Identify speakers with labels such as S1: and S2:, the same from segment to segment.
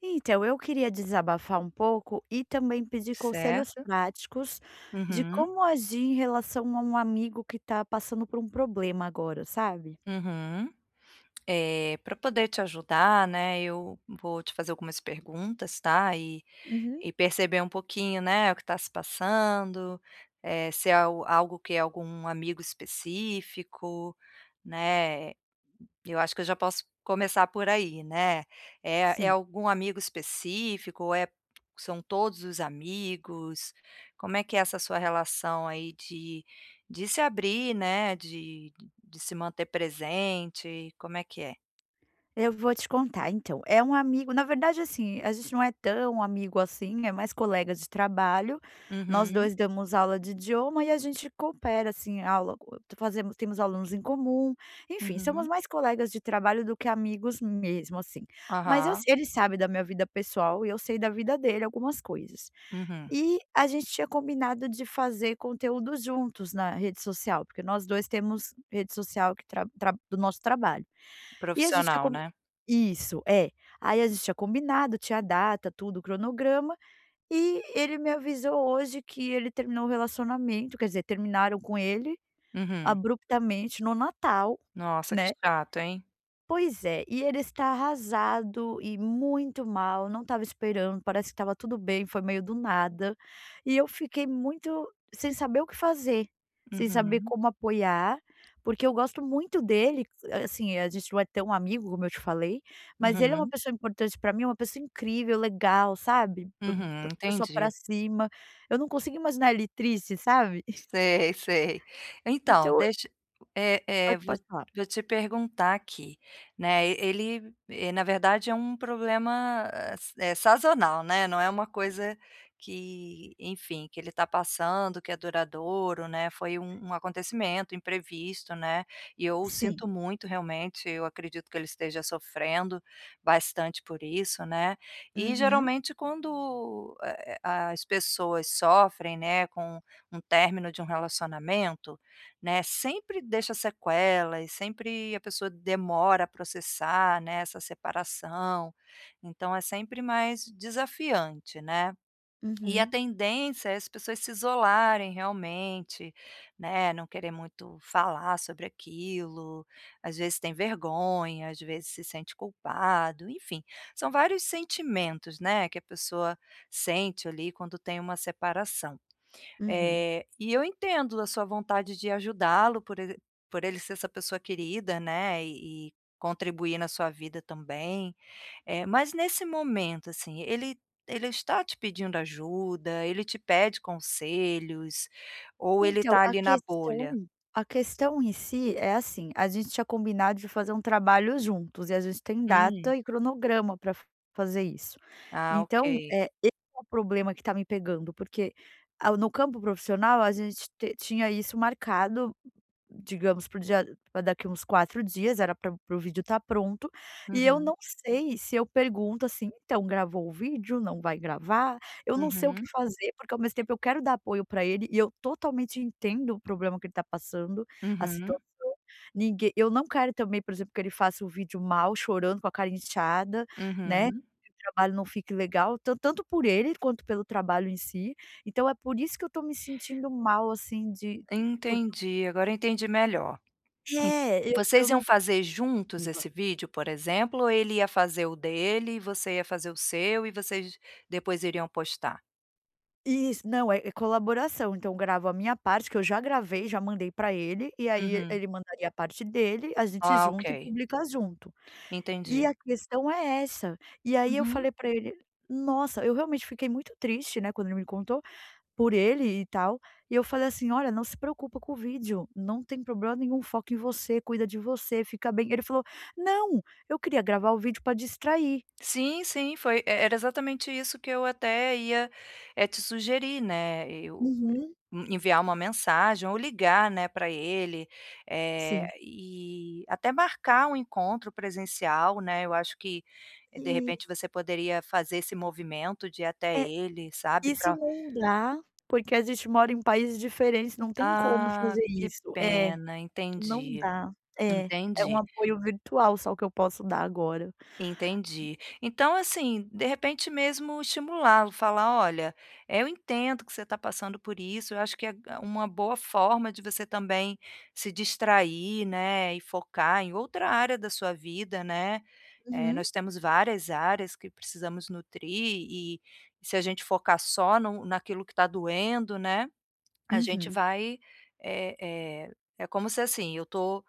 S1: Então, eu queria desabafar um pouco e também pedir conselhos
S2: Certo.
S1: práticos de
S2: Uhum,
S1: como agir em relação a um amigo que está passando por um problema agora, sabe?
S2: uhum. Pra poder te ajudar, né, eu vou te fazer algumas perguntas, tá, e
S1: Uhum.
S2: e perceber um pouquinho, né, o que está se passando, se é al algo que é algum amigo específico, né. Eu acho que eu já posso começar por aí, né. É
S1: Sim.
S2: algum amigo específico ou são todos os amigos? Como é que é essa sua relação aí de se abrir, né, de se manter presente, como é que é?
S1: Eu vou te contar então, é um amigo na verdade, assim, a gente não é tão amigo assim, é mais colega de trabalho, nós
S2: Uhum,
S1: 2 damos aula de idioma e a gente coopera, assim, fazemos temos alunos em comum, enfim, somos
S2: uhum.
S1: mais colegas de trabalho do que amigos mesmo, assim. Mas eu
S2: Aham,
S1: ele sabe da minha vida pessoal e eu sei da vida dele algumas coisas.
S2: uhum.
S1: E a gente tinha combinado de fazer conteúdo juntos na rede social, porque nós 2 temos rede social que tra do nosso trabalho. E a gente tinha
S2: Profissional,
S1: com
S2: né.
S1: isso, é. Aí a gente tinha combinado, tinha a data, tudo, o cronograma, e ele me avisou hoje que ele terminou o relacionamento, quer dizer, terminaram com ele
S2: Uhum.
S1: abruptamente no Natal,
S2: Nossa, que
S1: né.
S2: chato, hein.
S1: Pois é, e ele está arrasado e muito mal, não estava esperando, parece que estava tudo bem, foi meio do nada. E eu fiquei muito sem saber o que fazer, sem saber
S2: Uhum,
S1: como apoiar, porque eu gosto muito dele, assim, a gente não é tão amigo, como eu te falei, mas ele é uma
S2: uhum,
S1: pessoa importante para mim, é uma pessoa incrível, legal, sabe? P
S2: uhum.
S1: p pessoa para
S2: Entendi.
S1: cima. Eu não consigo imaginar ele triste, sabe?
S2: Sei, sei. Então,
S1: Então
S2: deixa eh eh,
S1: pode
S2: vou
S1: pode falar.
S2: vou te perguntar aqui, né, ele, na verdade é um problema, sazonal, né, não é uma coisa que, enfim, que ele está passando, que é duradouro, né, foi um acontecimento imprevisto, né, e eu
S1: Sim.
S2: sinto muito realmente, eu acredito que ele esteja sofrendo bastante por isso, né, e
S1: Uhum,
S2: geralmente quando, as pessoas sofrem, né, com um término de um relacionamento, né, sempre deixa sequelas, sempre a pessoa demora a processar, né, essa separação, então é sempre mais desafiante, né. E a
S1: uhum,
S2: tendência é as pessoas se isolarem realmente, né, não querer muito falar sobre aquilo, às vezes tem vergonha, às vezes se sente culpado, enfim, são vários sentimentos, né, que a pessoa sente ali quando tem uma separação.
S1: uhum.
S2: E eu entendo a sua vontade de ajudá-lo por ele ser essa pessoa querida, né, e contribuir na sua vida também. Mas nesse momento, assim, ele está te pedindo ajuda? Ele te pede conselhos? Ou ele
S1: Então,
S2: está
S1: a
S2: ali na bolha?
S1: questão a questão em si é assim, a gente tinha combinado de fazer um trabalho juntos e a gente tem
S2: Hum.
S1: data e cronograma para fazer isso.
S2: Ah, ok.
S1: Então, esse é o problema que está me pegando, porque, ah, no campo profissional a gente te tinha isso marcado. Digamos, para o dia daqui uns 4 dias, era para o vídeo estar pronto, e eu
S2: Uhum,
S1: não sei se eu pergunto assim: "Então, gravou o vídeo? Não vai gravar?". Eu não sei o que
S2: uhum,
S1: fazer, porque ao mesmo tempo eu quero dar apoio para ele e eu totalmente entendo o problema que ele está passando, a
S2: uhum,
S1: situação. Ninguém eu não quero também, por exemplo, que ele faça o vídeo mal, chorando, com a cara inchada, né,
S2: uhum.
S1: que o trabalho não fique legal, tanto por ele quanto pelo trabalho em si. Então é por isso que eu tô me sentindo mal, assim, de
S2: Entendi, agora eu entendi melhor. En
S1: é, eu
S2: Vocês iam
S1: não
S2: fazer juntos
S1: grava
S2: esse vídeo, por exemplo, ou ele ia fazer o dele e você ia fazer o seu e vocês depois iriam postar?
S1: Isso, não, é colaboração, então eu gravo a minha parte, que eu já gravei, já mandei pra ele, e aí
S2: Uhum.
S1: ele mandaria a parte dele, a gente
S2: Ah, ok,
S1: junta e publica junto. E
S2: entendi.
S1: a questão é essa, e aí eu
S2: Uhum.
S1: falei pra ele: "Nossa", eu realmente fiquei muito triste, né, quando ele me contou, por ele e tal, e eu falei assim: "Olha, não se preocupa com o vídeo, não tem problema nenhum, foca em você, cuida de você, fica bem". Ele falou: "Não, eu queria gravar o vídeo pra distrair".
S2: Sim, sim, foi e era exatamente isso que eu até ia, te sugerir, né, eu.
S1: Uhum,
S2: Enviar uma mensagem ou ligar, né, para ele,
S1: sim.
S2: e até marcar um encontro presencial, né, eu acho que, de
S1: E
S2: repente, você poderia fazer esse movimento de ir até
S1: é
S2: ele, sabe,
S1: Isso
S2: pra
S1: não dá, porque a gente mora em países diferentes, não tem como
S2: ah,
S1: fazer
S2: que
S1: isso. É,
S2: pena,
S1: não
S2: entendi,
S1: dá. É, é um
S2: entendi.
S1: apoio virtual só que eu posso dar agora.
S2: Entendi. Então, assim, de repente mesmo estimulá-lo, falar: "Olha, eu entendo que você está passando por isso, eu acho que é uma boa forma de você também se distrair, né, e focar em outra área da sua vida, né,
S1: Uhum,
S2: nós temos várias áreas que precisamos nutrir e se a gente focar só no naquilo que está doendo, né, a gente
S1: uhum,
S2: vai, eh eh, é como se assim, eu estou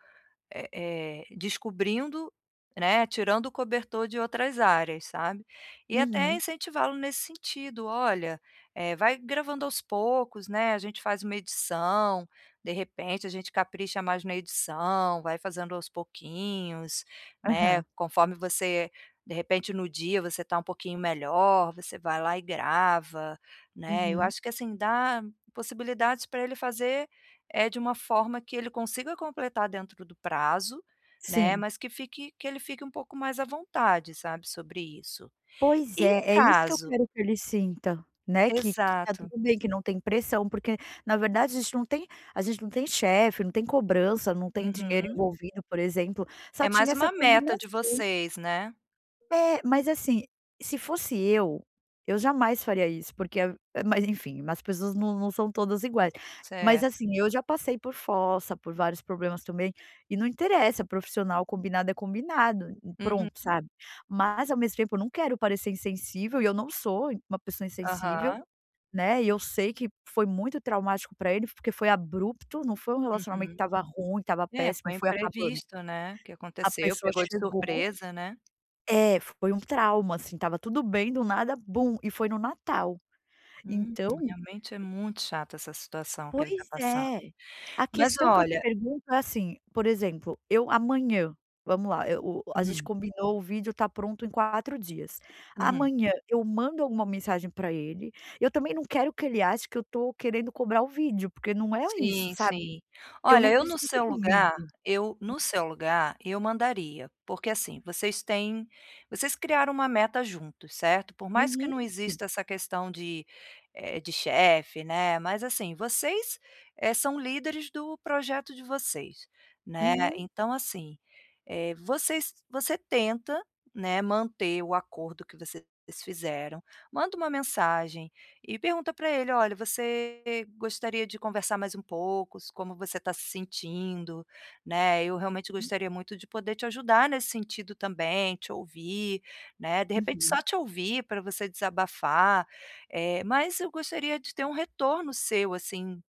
S2: descobrindo, né, tirando o cobertor de outras áreas, sabe. E até
S1: uhum,
S2: incentivá-lo nesse sentido: "Olha, vai gravando aos poucos, né, a gente faz uma edição, de repente a gente capricha mais na edição, vai fazendo aos pouquinhos, né,
S1: aham,
S2: conforme você de repente no dia você está um pouquinho melhor, você vai lá e grava", né. Eu
S1: uhum,
S2: acho que assim, dá possibilidades para ele fazer é de uma forma que ele consiga completar dentro do prazo, né,
S1: sim.
S2: mas que ele fique um pouco mais à vontade, sabe, sobre isso.
S1: Pois
S2: E
S1: é, é isso que eu
S2: caso
S1: quero que ele sinta, né, que tá
S2: Exato.
S1: tudo bem, que não tem pressão, porque na verdade a gente não tem chefe, não tem cobrança, não tem dinheiro
S2: Uhum.
S1: envolvido, por exemplo,
S2: É
S1: só
S2: mais
S1: tinha essa
S2: uma meta de
S1: combinação.
S2: vocês, né.
S1: É, mas assim, se fosse eu jamais faria isso, porque a mas enfim, as pessoas não são todas iguais. Mas
S2: Certo.
S1: assim, eu já passei por fossa, por vários problemas também, e não interessa, profissional, combinado é combinado, e
S2: Uhum.
S1: pronto, sabe. Mas ao mesmo tempo eu não quero parecer insensível, e eu não sou uma pessoa insensível,
S2: Aham.
S1: né, e eu sei que foi muito traumático para ele, porque foi abrupto, não foi um relacionamento que
S2: Uhum.
S1: estava ruim, estava
S2: É,
S1: péssimo
S2: foi
S1: e foi acabando.
S2: imprevisto, né, que
S1: A
S2: aconteceu,
S1: pessoa
S2: pegou de
S1: chegou
S2: surpresa, né.
S1: é, foi um trauma, assim, estava tudo bem, do nada, bum, e foi no Natal.
S2: Hum,
S1: Então
S2: Realmente é muito chata essa situação que ele está
S1: pois
S2: passando.
S1: é. A
S2: Mas
S1: questão que eu te
S2: olha.
S1: pergunto é assim, por exemplo, eu amanhã, vamos lá, eu o a gente
S2: Uhum.
S1: combinou, o vídeo tá pronto em 4 dias.
S2: Uhum.
S1: Amanhã eu mando alguma mensagem para ele, eu também não quero que ele ache que eu tô querendo cobrar o vídeo, porque não é isso,
S2: Sim,
S1: sabe.
S2: sim.
S1: Eu
S2: Olha,
S1: não preciso do vídeo.
S2: eu no seu lugar, eu mandaria, porque, assim, vocês criaram uma meta juntos, certo? Por mais que
S1: Uhum,
S2: não
S1: sim.
S2: exista essa questão de, chefe, né, mas, assim, vocês, são líderes do projeto de vocês, né,
S1: Uhum,
S2: então, assim, você tenta, né, manter o acordo que vocês fizeram, manda uma mensagem e pergunta para ele: "Olha, você gostaria de conversar mais um pouco, s como você está se sentindo, né? Eu realmente
S1: uhum,
S2: gostaria muito de poder te ajudar nesse sentido também, te ouvir, né? De repente
S1: uhum,
S2: só te ouvir para você desabafar, mas eu gostaria de ter um retorno seu, assim,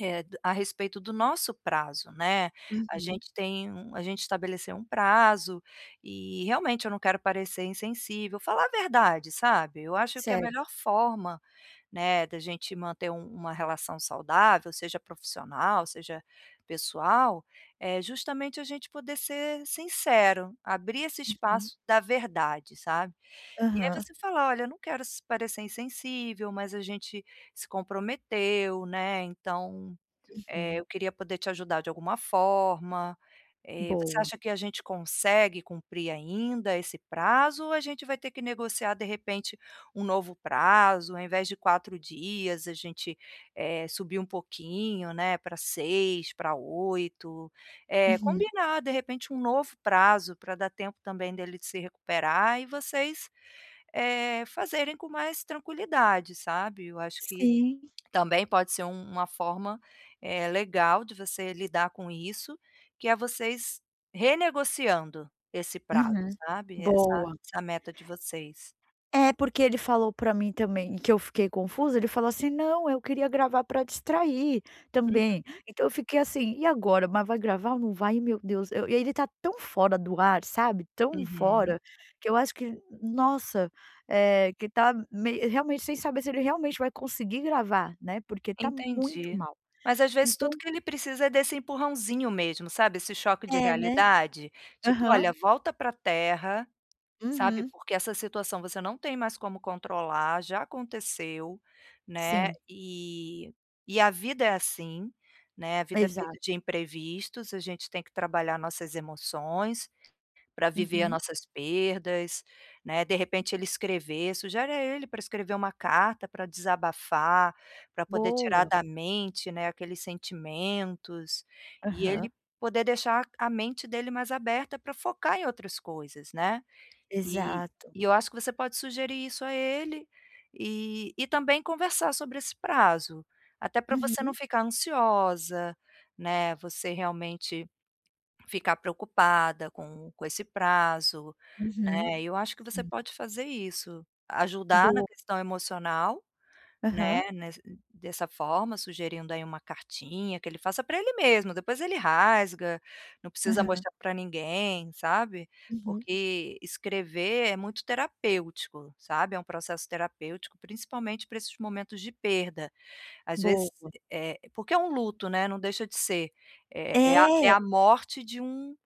S2: a respeito do nosso prazo, né,
S1: uhum.
S2: a gente estabeleceu um prazo e realmente eu não quero parecer insensível, falar a verdade, sabe. Eu acho que a
S1: Certo.
S2: melhor forma, né, da gente manter uma relação saudável, seja profissional, seja pessoal, é justamente a gente poder ser sincero, abrir esse espaço da verdade, sabe. E aí
S1: Aham.
S2: você falar: "Olha, eu não quero s parecer insensível, mas a gente se comprometeu, né, então
S1: Uhum.
S2: eu queria poder te ajudar de alguma forma. Você
S1: Boa.
S2: acha que a gente consegue cumprir ainda esse prazo ou a gente vai ter que negociar, de repente, um novo prazo? Ao invés de 4 dias, a gente, subir um pouquinho, né, para 6, para 8. Eh,
S1: Uhum.
S2: combinar, de repente, um novo prazo para dar tempo também dele se recuperar e vocês, fazerem com mais tranquilidade, sabe. Eu acho que
S1: Sim.
S2: também pode ser uma forma, legal de você lidar com isso, que é vocês renegociando esse prazo,
S1: Uhum.
S2: sabe,
S1: Boa.
S2: essa meta de vocês.
S1: É, porque ele falou pra mim também, que eu fiquei confusa, ele falou assim: "Não, eu queria gravar pra distrair
S2: Hum,
S1: também". Então eu fiquei assim: "E agora? Mas vai gravar ou não vai?". Meu Deus, eu e ele tá tão fora do ar, sabe, tão
S2: uhum,
S1: fora, que eu acho que, nossa, é que tá mei realmente sem saber se ele realmente vai conseguir gravar, né, porque tá muito
S2: entendi.
S1: mal.
S2: Mas às vezes
S1: Então
S2: tudo que ele precisa é desse empurrãozinho mesmo, sabe, esse choque de
S1: é, né?
S2: realidade, tipo:
S1: Aham.
S2: "Olha, volta pra terra". Sabe,
S1: Uhum.
S2: porque essa situação você não tem mais como controlar, já aconteceu, né,
S1: Sim,
S2: e a vida é assim, né, a vida é feita
S1: exato.
S2: de imprevistos, a gente tem que trabalhar nossas emoções para viver as
S1: Uhum.
S2: nossas perdas, né, de repente sugere a ele para escrever uma carta para desabafar, para poder tirar
S1: Boa.
S2: da mente, né, aqueles sentimentos, e ele
S1: Aham.
S2: poder deixar a mente dele mais aberta para focar em outras coisas, né. E
S1: Exato.
S2: e eu acho que você pode sugerir isso a ele, e também conversar sobre esse prazo, até para você
S1: Uhum.
S2: não ficar ansiosa, né, você realmente ficar preocupada com esse prazo,
S1: Uhum.
S2: né, eu acho que você
S1: Sim.
S2: pode fazer isso, ajudar na
S1: Boa.
S2: questão emocional
S1: Aham,
S2: né, nes dessa forma, sugerindo aí uma cartinha que ele faça para ele mesmo, depois ele rasga, não precisa
S1: aham.
S2: mostrar para ninguém, sabe.
S1: Uhum.
S2: Porque escrever é muito terapêutico, sabe, é um processo terapêutico, principalmente para esses momentos de perda. Às vezes,
S1: Boa.
S2: porque é um luto, né, não deixa de ser, é
S1: É,
S2: a morte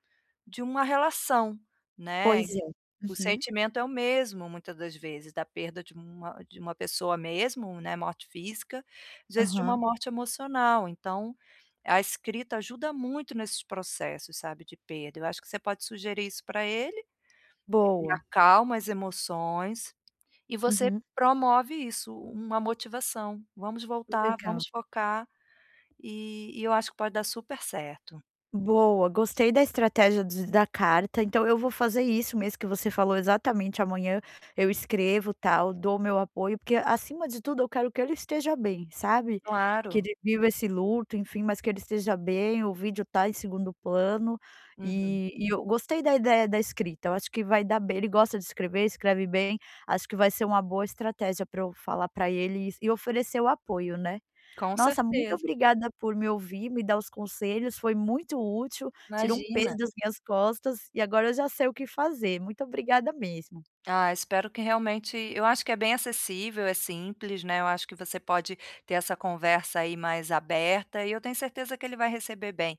S2: de uma relação, né.
S1: pois é.
S2: O
S1: Uhum,
S2: sentimento é o mesmo, muitas das vezes, da perda de uma pessoa mesmo, né, morte física, às vezes de uma
S1: aham.
S2: morte emocional, então, a escrita ajuda muito nesses processos, sabe, de perda. Eu acho que você pode sugerir isso para ele, ele
S1: Boa.
S2: acalma as emoções e você
S1: Uhum.
S2: promove isso, uma motivação. "Vamos voltar,
S1: Legal.
S2: vamos focar", e eu acho que pode dar super certo.
S1: Boa, gostei da estratégia de da carta, então eu vou fazer isso mesmo que você falou exatamente, amanhã eu escrevo, tal, dou meu apoio, porque acima de tudo eu quero que ele esteja bem, sabe. Que
S2: Claro.
S1: ele viva esse luto, enfim, mas que ele esteja bem, o vídeo tá em segundo plano,
S2: Uhum.
S1: e eu gostei da ideia da escrita, eu acho que vai dar bem, ele gosta de escrever, escreve bem, acho que vai ser uma boa estratégia para eu falar para ele e oferecer o apoio, né.
S2: Com
S1: Nossa, muito
S2: certeza.
S1: obrigada por me ouvir, me dar os conselhos, foi muito útil, tirou um
S2: Imagina.
S1: peso das minhas costas e agora eu já sei o que fazer. Muito obrigada mesmo.
S2: Ah, espero que realmente eu acho que é bem acessível, é simples, né, eu acho que você pode ter essa conversa aí mais aberta e eu tenho certeza que ele vai receber bem.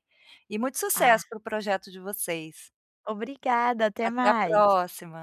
S2: E muito
S1: Ah,
S2: sucesso para o projeto de vocês.
S1: obrigada, até
S2: Até a
S1: mais.
S2: próxima.